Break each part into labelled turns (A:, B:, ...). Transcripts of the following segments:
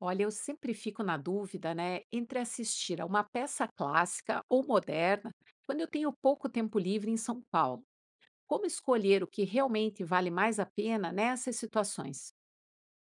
A: Olha, eu sempre fico na dúvida, né, entre assistir a uma peça clássica ou moderna, quando eu tenho pouco tempo livre em São Paulo. Como escolher o que realmente vale mais a pena nessas situações?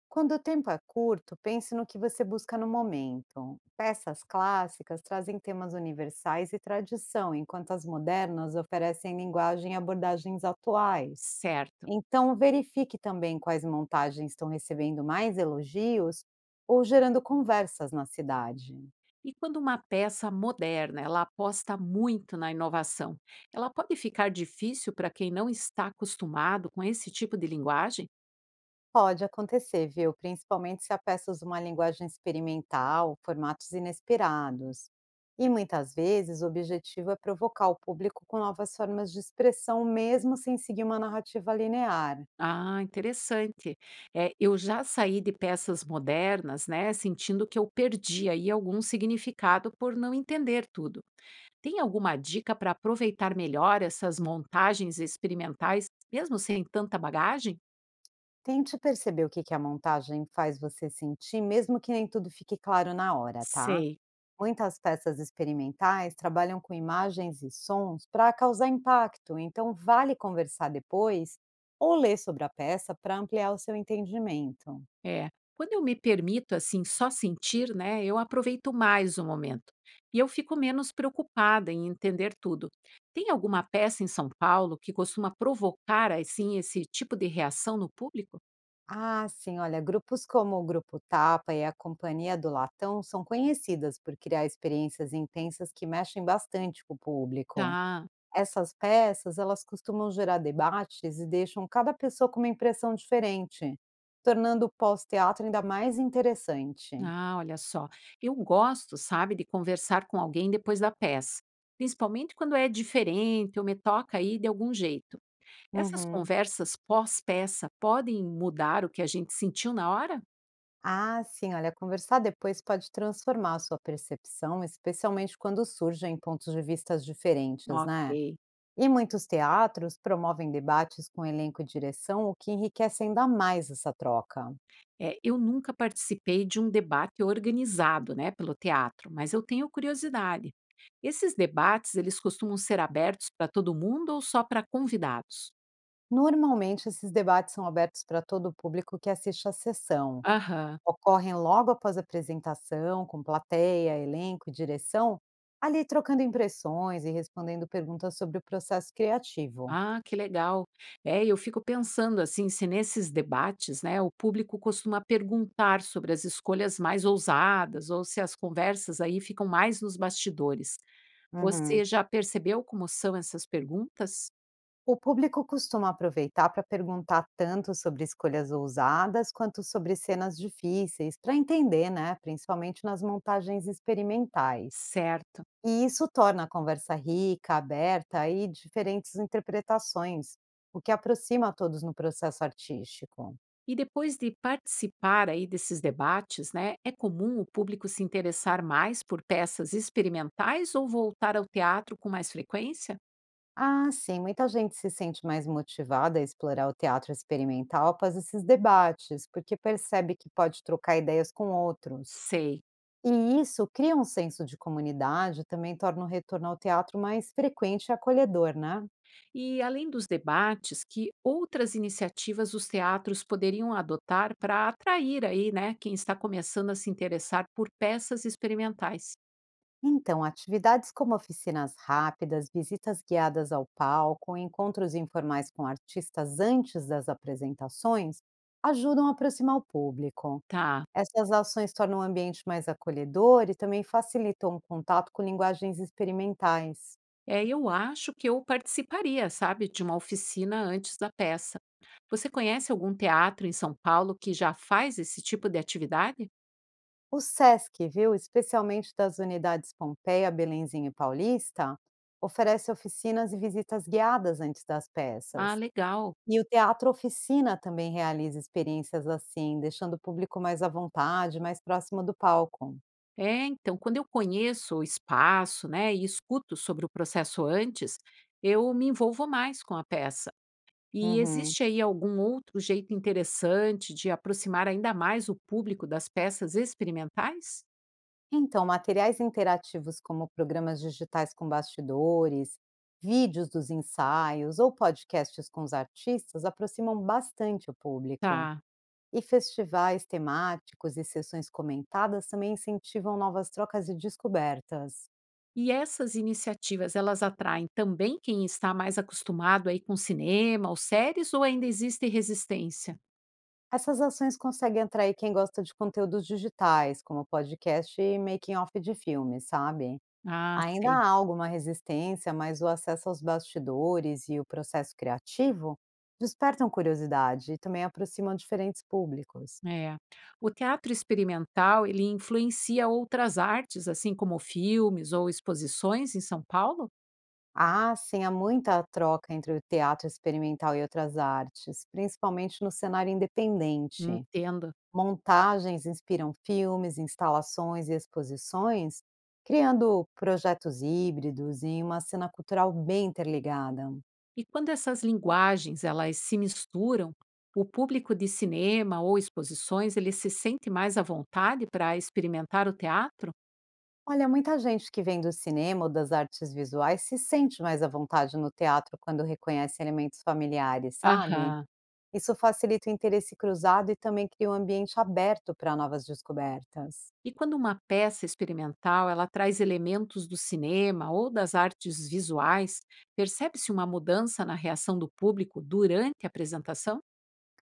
B: Quando o tempo é curto, pense no que você busca no momento. Peças clássicas trazem temas universais e tradição, enquanto as modernas oferecem linguagem e abordagens atuais.
A: Certo.
B: Então, verifique também quais montagens estão recebendo mais elogios ou gerando conversas na cidade.
A: E quando uma peça moderna, ela aposta muito na inovação, ela pode ficar difícil para quem não está acostumado com esse tipo de linguagem?
B: Pode acontecer, viu? Principalmente se a peça usa uma linguagem experimental, formatos inesperados. E muitas vezes o objetivo é provocar o público com novas formas de expressão, mesmo sem seguir uma narrativa linear.
A: Ah, interessante. É, eu já saí de peças modernas, né, sentindo que eu perdi aí algum significado por não entender tudo. Tem alguma dica para aproveitar melhor essas montagens experimentais, mesmo sem tanta bagagem?
B: Tente perceber o que que a montagem faz você sentir, mesmo que nem tudo fique claro na hora, tá?
A: Sei.
B: Muitas peças experimentais trabalham com imagens e sons para causar impacto, então vale conversar depois ou ler sobre a peça para ampliar o seu entendimento.
A: É, quando eu me permito assim só sentir, né, eu aproveito mais o momento. E eu fico menos preocupada em entender tudo. Tem alguma peça em São Paulo que costuma provocar assim esse tipo de reação no público?
B: Ah, sim, olha, grupos como o Grupo Tapa e a Companhia do Latão são conhecidas por criar experiências intensas que mexem bastante com o público.
A: Tá.
B: Essas peças, elas costumam gerar debates e deixam cada pessoa com uma impressão diferente, tornando o pós-teatro ainda mais interessante.
A: Ah, olha só. Eu gosto, sabe, de conversar com alguém depois da peça, principalmente quando é diferente ou me toca aí de algum jeito. Essas
B: Uhum.
A: conversas pós-peça podem mudar o que a gente sentiu na hora?
B: Ah, sim, olha, conversar depois pode transformar a sua percepção, especialmente quando surgem pontos de vistas diferentes, né?
A: Ok.
B: E muitos teatros promovem debates com elenco e direção, o que enriquece ainda mais essa troca.
A: É, eu nunca participei de um debate organizado, né, pelo teatro, mas eu tenho curiosidade. Esses debates, eles costumam ser abertos para todo mundo ou só para convidados?
B: Normalmente, esses debates são abertos para todo o público que assiste à sessão.
A: Aham.
B: Ocorrem logo após a apresentação, com plateia, elenco e direção, ali trocando impressões e respondendo perguntas sobre o processo criativo.
A: Ah, que legal. É, eu fico pensando assim, se nesses debates, né, o público costuma perguntar sobre as escolhas mais ousadas ou se as conversas aí ficam mais nos bastidores.
B: Uhum.
A: Você já percebeu como são essas perguntas?
B: O público costuma aproveitar para perguntar tanto sobre escolhas ousadas quanto sobre cenas difíceis, para entender, né? Principalmente nas montagens experimentais.
A: Certo.
B: E isso torna a conversa rica, aberta e diferentes interpretações, o que aproxima todos no processo artístico.
A: E depois de participar aí desses debates, né, é comum o público se interessar mais por peças experimentais ou voltar ao teatro com mais frequência?
B: Ah, sim, muita gente se sente mais motivada a explorar o teatro experimental após esses debates, porque percebe que pode trocar ideias com outros.
A: Sei.
B: E isso cria um senso de comunidade, também torna o retorno ao teatro mais frequente e acolhedor, né?
A: E além dos debates, que outras iniciativas os teatros poderiam adotar para atrair aí, né, quem está começando a se interessar por peças experimentais?
B: Então, atividades como oficinas rápidas, visitas guiadas ao palco, encontros informais com artistas antes das apresentações, ajudam a aproximar o público.
A: Tá.
B: Essas ações tornam o ambiente mais acolhedor e também facilitam o contato com linguagens experimentais.
A: É, eu acho que eu participaria, sabe, de uma oficina antes da peça. Você conhece algum teatro em São Paulo que já faz esse tipo de atividade?
B: O SESC, viu, especialmente das unidades Pompeia, Belenzinho e Paulista, oferece oficinas e visitas guiadas antes das
A: Ah,
B: peças.
A: legal.
B: E o Teatro Oficina também realiza experiências assim, deixando o público mais à vontade, mais próximo do palco.
A: É, então, quando eu conheço o espaço, né, e escuto sobre o processo antes, eu me envolvo mais com a peça. E
B: Uhum.
A: existe aí algum outro jeito interessante de aproximar ainda mais o público das peças experimentais?
B: Então, materiais interativos como programas digitais com bastidores, vídeos dos ensaios ou podcasts com os artistas aproximam bastante o público.
A: Tá.
B: E festivais temáticos e sessões comentadas também incentivam novas trocas e descobertas.
A: E essas iniciativas, elas atraem também quem está mais acostumado aí com cinema ou séries ou ainda existe resistência?
B: Essas ações conseguem atrair quem gosta de conteúdos digitais, como podcast e making-off de filmes, sabe?
A: Ah,
B: Ainda
A: sei.
B: há alguma resistência, mas o acesso aos bastidores e o processo criativo despertam curiosidade e também aproximam diferentes públicos.
A: É. O teatro experimental, ele influencia outras artes, assim como filmes ou exposições em São Paulo?
B: Ah, sim, há muita troca entre o teatro experimental e outras artes, principalmente no cenário independente.
A: Entendo.
B: Montagens inspiram filmes, instalações e exposições, criando projetos híbridos e uma cena cultural bem interligada.
A: E quando essas linguagens elas se misturam, o público de cinema ou exposições ele se sente mais à vontade para experimentar o teatro?
B: Olha, muita gente que vem do cinema ou das artes visuais se sente mais à vontade no teatro quando reconhece elementos familiares, sabe?
A: Aham.
B: Isso facilita o interesse cruzado e também cria um ambiente aberto para novas descobertas.
A: E quando uma peça experimental ela traz elementos do cinema ou das artes visuais, percebe-se uma mudança na reação do público durante a apresentação?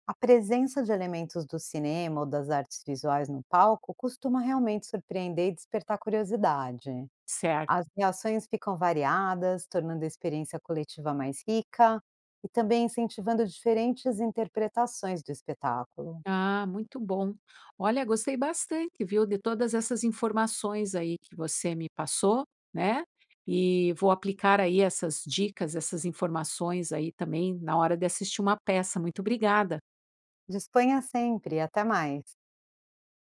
B: A presença de elementos do cinema ou das artes visuais no palco costuma realmente surpreender e despertar curiosidade.
A: Certo.
B: As reações ficam variadas, tornando a experiência coletiva mais rica e também incentivando diferentes interpretações do espetáculo.
A: Ah, muito bom. Olha, gostei bastante, viu, de todas essas informações aí que você me passou, né? E vou aplicar aí essas dicas, essas informações aí também na hora de assistir uma peça. Muito obrigada.
B: Disponha sempre, até mais.